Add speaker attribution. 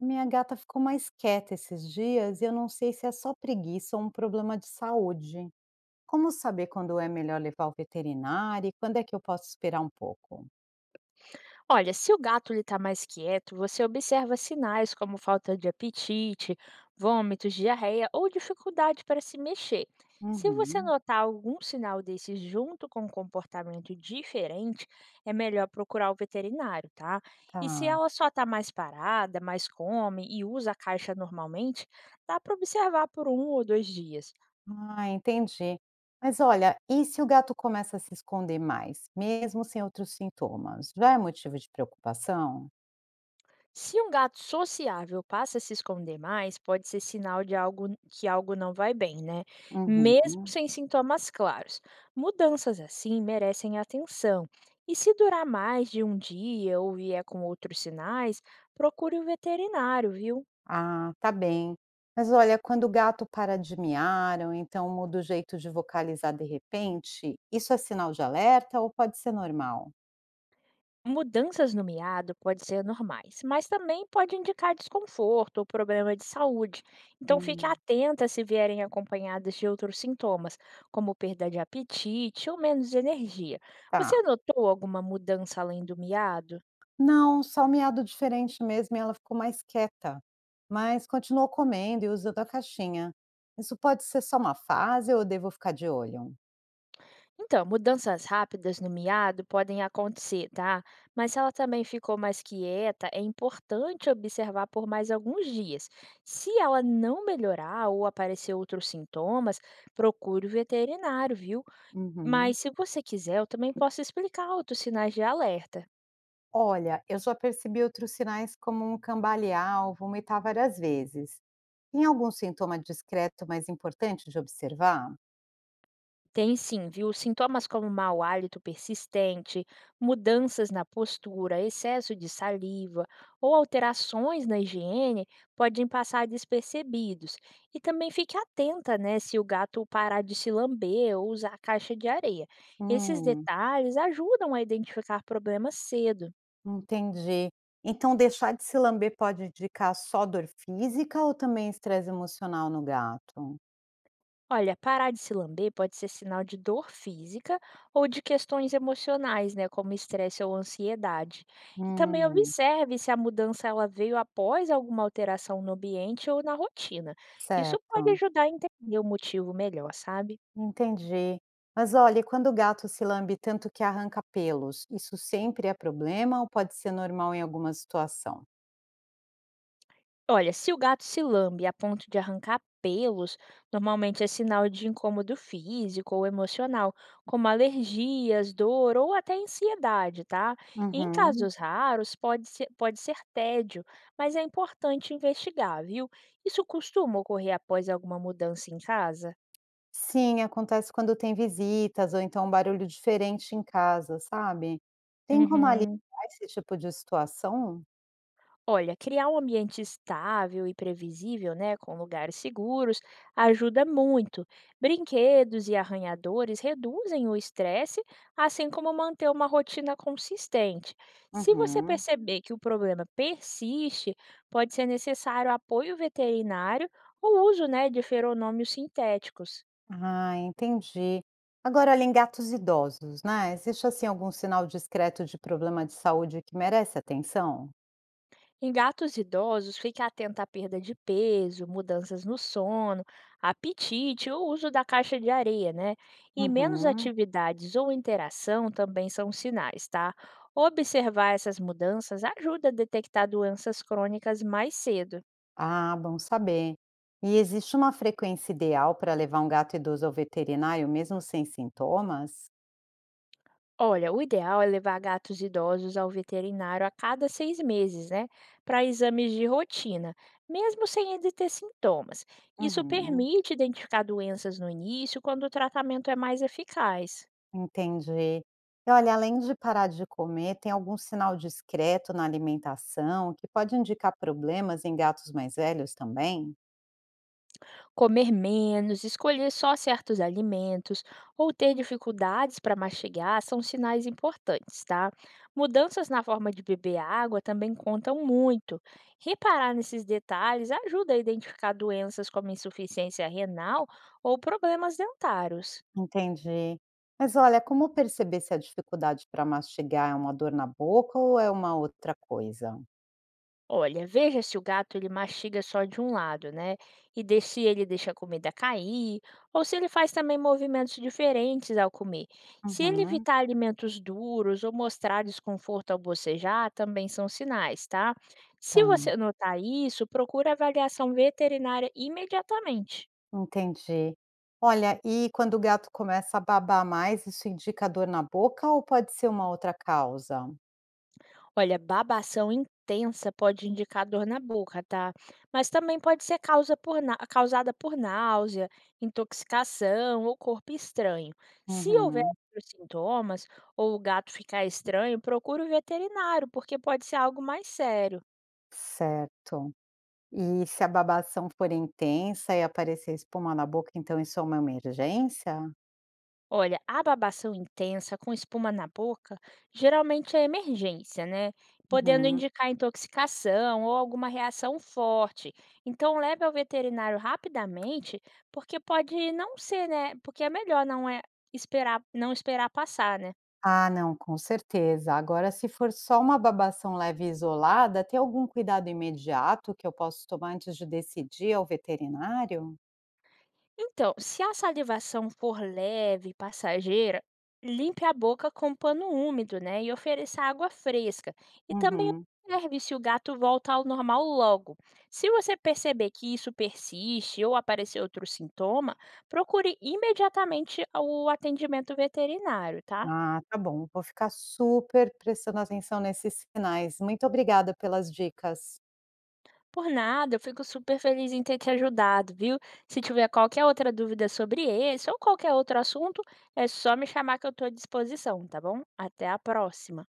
Speaker 1: Minha gata ficou mais quieta esses dias e eu não sei se é só preguiça ou um problema de saúde. Como saber quando é melhor levar ao veterinário e quando é que eu posso esperar um pouco?
Speaker 2: Olha, se o gato está mais quieto, você observa sinais como falta de apetite, vômitos, diarreia ou dificuldade para se mexer. Se você
Speaker 1: Uhum,
Speaker 2: notar algum sinal desses junto com um comportamento diferente, é melhor procurar o veterinário, tá? E se
Speaker 1: tá.
Speaker 2: ela só está mais parada, mais come e usa a caixa normalmente, dá para observar por um ou dois dias.
Speaker 1: Ah, entendi. Mas olha, e se o gato começa a se esconder mais, mesmo sem outros sintomas? Já é motivo de preocupação?
Speaker 2: Se um gato sociável passa a se esconder mais, pode ser sinal de algo que algo não vai bem, né?
Speaker 1: Uhum.
Speaker 2: Mesmo sem sintomas claros. Mudanças assim merecem atenção. E se durar mais de um dia ou vier com outros sinais, procure o veterinário, viu?
Speaker 1: Ah, tá bem. Mas olha, quando o gato para de miar, ou então muda o jeito de vocalizar de repente, isso é sinal de alerta ou pode ser normal?
Speaker 2: Mudanças no miado podem ser normais, mas também pode indicar desconforto ou problema de saúde. Então fique
Speaker 1: Hum,
Speaker 2: atenta se vierem acompanhadas de outros sintomas, como perda de apetite ou menos energia.
Speaker 1: Tá.
Speaker 2: Você notou alguma mudança além do miado?
Speaker 1: Não, só um miado diferente mesmo e ela ficou mais quieta. Mas continuou comendo e usando a caixinha. Isso pode ser só uma fase ou eu devo ficar de olho?
Speaker 2: Então, mudanças rápidas no miado podem acontecer, tá? Mas se ela também ficou mais quieta, é importante observar por mais alguns dias. Se ela não melhorar ou aparecer outros sintomas, procure o veterinário, viu?
Speaker 1: Uhum.
Speaker 2: Mas se você quiser, eu também posso explicar outros sinais de alerta.
Speaker 1: Olha, eu já percebi outros sinais como um cambalear ou vomitar várias vezes. Tem algum sintoma discreto mais importante de observar?
Speaker 2: Tem sim, viu? Sintomas como mau hálito persistente, mudanças na postura, excesso de saliva ou alterações na higiene podem passar despercebidos. E também fique atenta, né, se o gato parar de se lamber ou usar a caixa de areia. Esses
Speaker 1: Hum,
Speaker 2: detalhes ajudam a identificar problemas cedo.
Speaker 1: entendi. Então deixar de se lamber pode indicar só dor física ou também estresse emocional no gato?
Speaker 2: Olha, parar de se lamber pode ser sinal de dor física ou de questões emocionais, né, como estresse ou ansiedade. E também
Speaker 1: Hum,
Speaker 2: observe se a mudança ela veio após alguma alteração no ambiente ou na rotina. Isso pode
Speaker 1: certo,
Speaker 2: ajudar a entender o motivo melhor, sabe?
Speaker 1: entendi. Mas olha, e quando o gato se lambe tanto que arranca pelos, isso sempre é problema ou pode ser normal em alguma situação?
Speaker 2: Olha, se o gato se lambe a ponto de arrancar pelos, normalmente é sinal de incômodo físico ou emocional, como alergias, dor ou até ansiedade, tá? Em
Speaker 1: Uhum.
Speaker 2: casos raros, pode ser tédio, mas é importante investigar, viu? Isso costuma ocorrer após alguma mudança em casa?
Speaker 1: Sim, acontece quando tem visitas ou então um barulho diferente em casa, sabe? Tem como aliviar
Speaker 2: Uhum.
Speaker 1: esse tipo de situação?
Speaker 2: Olha, criar um ambiente estável e previsível, né, com lugares seguros, ajuda muito. Brinquedos e arranhadores reduzem o estresse, assim como manter uma rotina consistente. Se você
Speaker 1: Uhum.
Speaker 2: perceber que o problema persiste, pode ser necessário apoio veterinário ou uso, né, de feronômios sintéticos.
Speaker 1: Ah, entendi. Agora, olha, em gatos idosos, né? Existe assim algum sinal discreto de problema de saúde que merece atenção?
Speaker 2: Em gatos idosos, fique atento à perda de peso, mudanças no sono, apetite ou uso da caixa de areia, né? E menos
Speaker 1: Uhum.
Speaker 2: atividades ou interação também são sinais, tá? Observar essas mudanças ajuda a detectar doenças crônicas mais cedo.
Speaker 1: Ah, bom saber. E existe uma frequência ideal para levar um gato idoso ao veterinário, mesmo sem sintomas?
Speaker 2: Olha, o ideal é levar gatos idosos ao veterinário a cada 6 meses, né? Para exames de rotina, mesmo sem ele ter sintomas. Isso
Speaker 1: Uhum.
Speaker 2: permite identificar doenças no início, quando o tratamento é mais eficaz.
Speaker 1: Entendi. E olha, além de parar de comer, tem algum sinal discreto na alimentação que pode indicar problemas em gatos mais velhos também?
Speaker 2: Comer menos, escolher só certos alimentos ou ter dificuldades para mastigar são sinais importantes, tá? Mudanças na forma de beber água também contam muito. Reparar nesses detalhes ajuda a identificar doenças como insuficiência renal ou problemas dentários.
Speaker 1: Entendi. Mas olha, como perceber se a dificuldade para mastigar é uma dor na boca ou é uma outra coisa?
Speaker 2: Olha, veja se o gato ele mastiga só de um lado, né? Se ele deixa a comida cair, ou se ele faz também movimentos diferentes ao comer. Se ele
Speaker 1: Uhum,
Speaker 2: evitar alimentos duros ou mostrar desconforto ao bocejar, também são sinais, tá? Se você
Speaker 1: tá.
Speaker 2: notar isso, procura avaliação veterinária imediatamente.
Speaker 1: Entendi. Olha, e quando o gato começa a babar mais, isso indica dor na boca ou pode ser uma outra causa?
Speaker 2: Olha, babação intensa pode indicar dor na boca, tá? Mas também pode ser causada por náusea, intoxicação ou corpo estranho. Se houver
Speaker 1: Uhum,
Speaker 2: outros sintomas ou o gato ficar estranho, procure o veterinário, porque pode ser algo mais sério.
Speaker 1: certo. E se a babação for intensa e aparecer espuma na boca, então isso é uma emergência?
Speaker 2: Olha, a babação intensa com espuma na boca geralmente é emergência, né? Podendo
Speaker 1: Uhum.
Speaker 2: indicar intoxicação ou alguma reação forte. Então leve ao veterinário rapidamente, porque pode não ser, né? Porque é melhor não é esperar, não esperar passar, né?
Speaker 1: Ah, não, com certeza. Agora, se for só uma babação leve e isolada, tem algum cuidado imediato que eu posso tomar antes de decidir ao veterinário?
Speaker 2: Então, se a salivação for leve e passageira, limpe a boca com pano úmido, né? E ofereça água fresca. E também
Speaker 1: Uhum.
Speaker 2: observe se o gato volta ao normal logo. Se você perceber que isso persiste ou aparecer outro sintoma, procure imediatamente o atendimento veterinário, tá?
Speaker 1: Ah, tá bom. Vou ficar super prestando atenção nesses sinais. Muito obrigada pelas dicas.
Speaker 2: Por nada, eu fico super feliz em ter te ajudado, viu? Se tiver qualquer outra dúvida sobre esse ou qualquer outro assunto, é só me chamar que eu estou à disposição, tá bom? Até a próxima!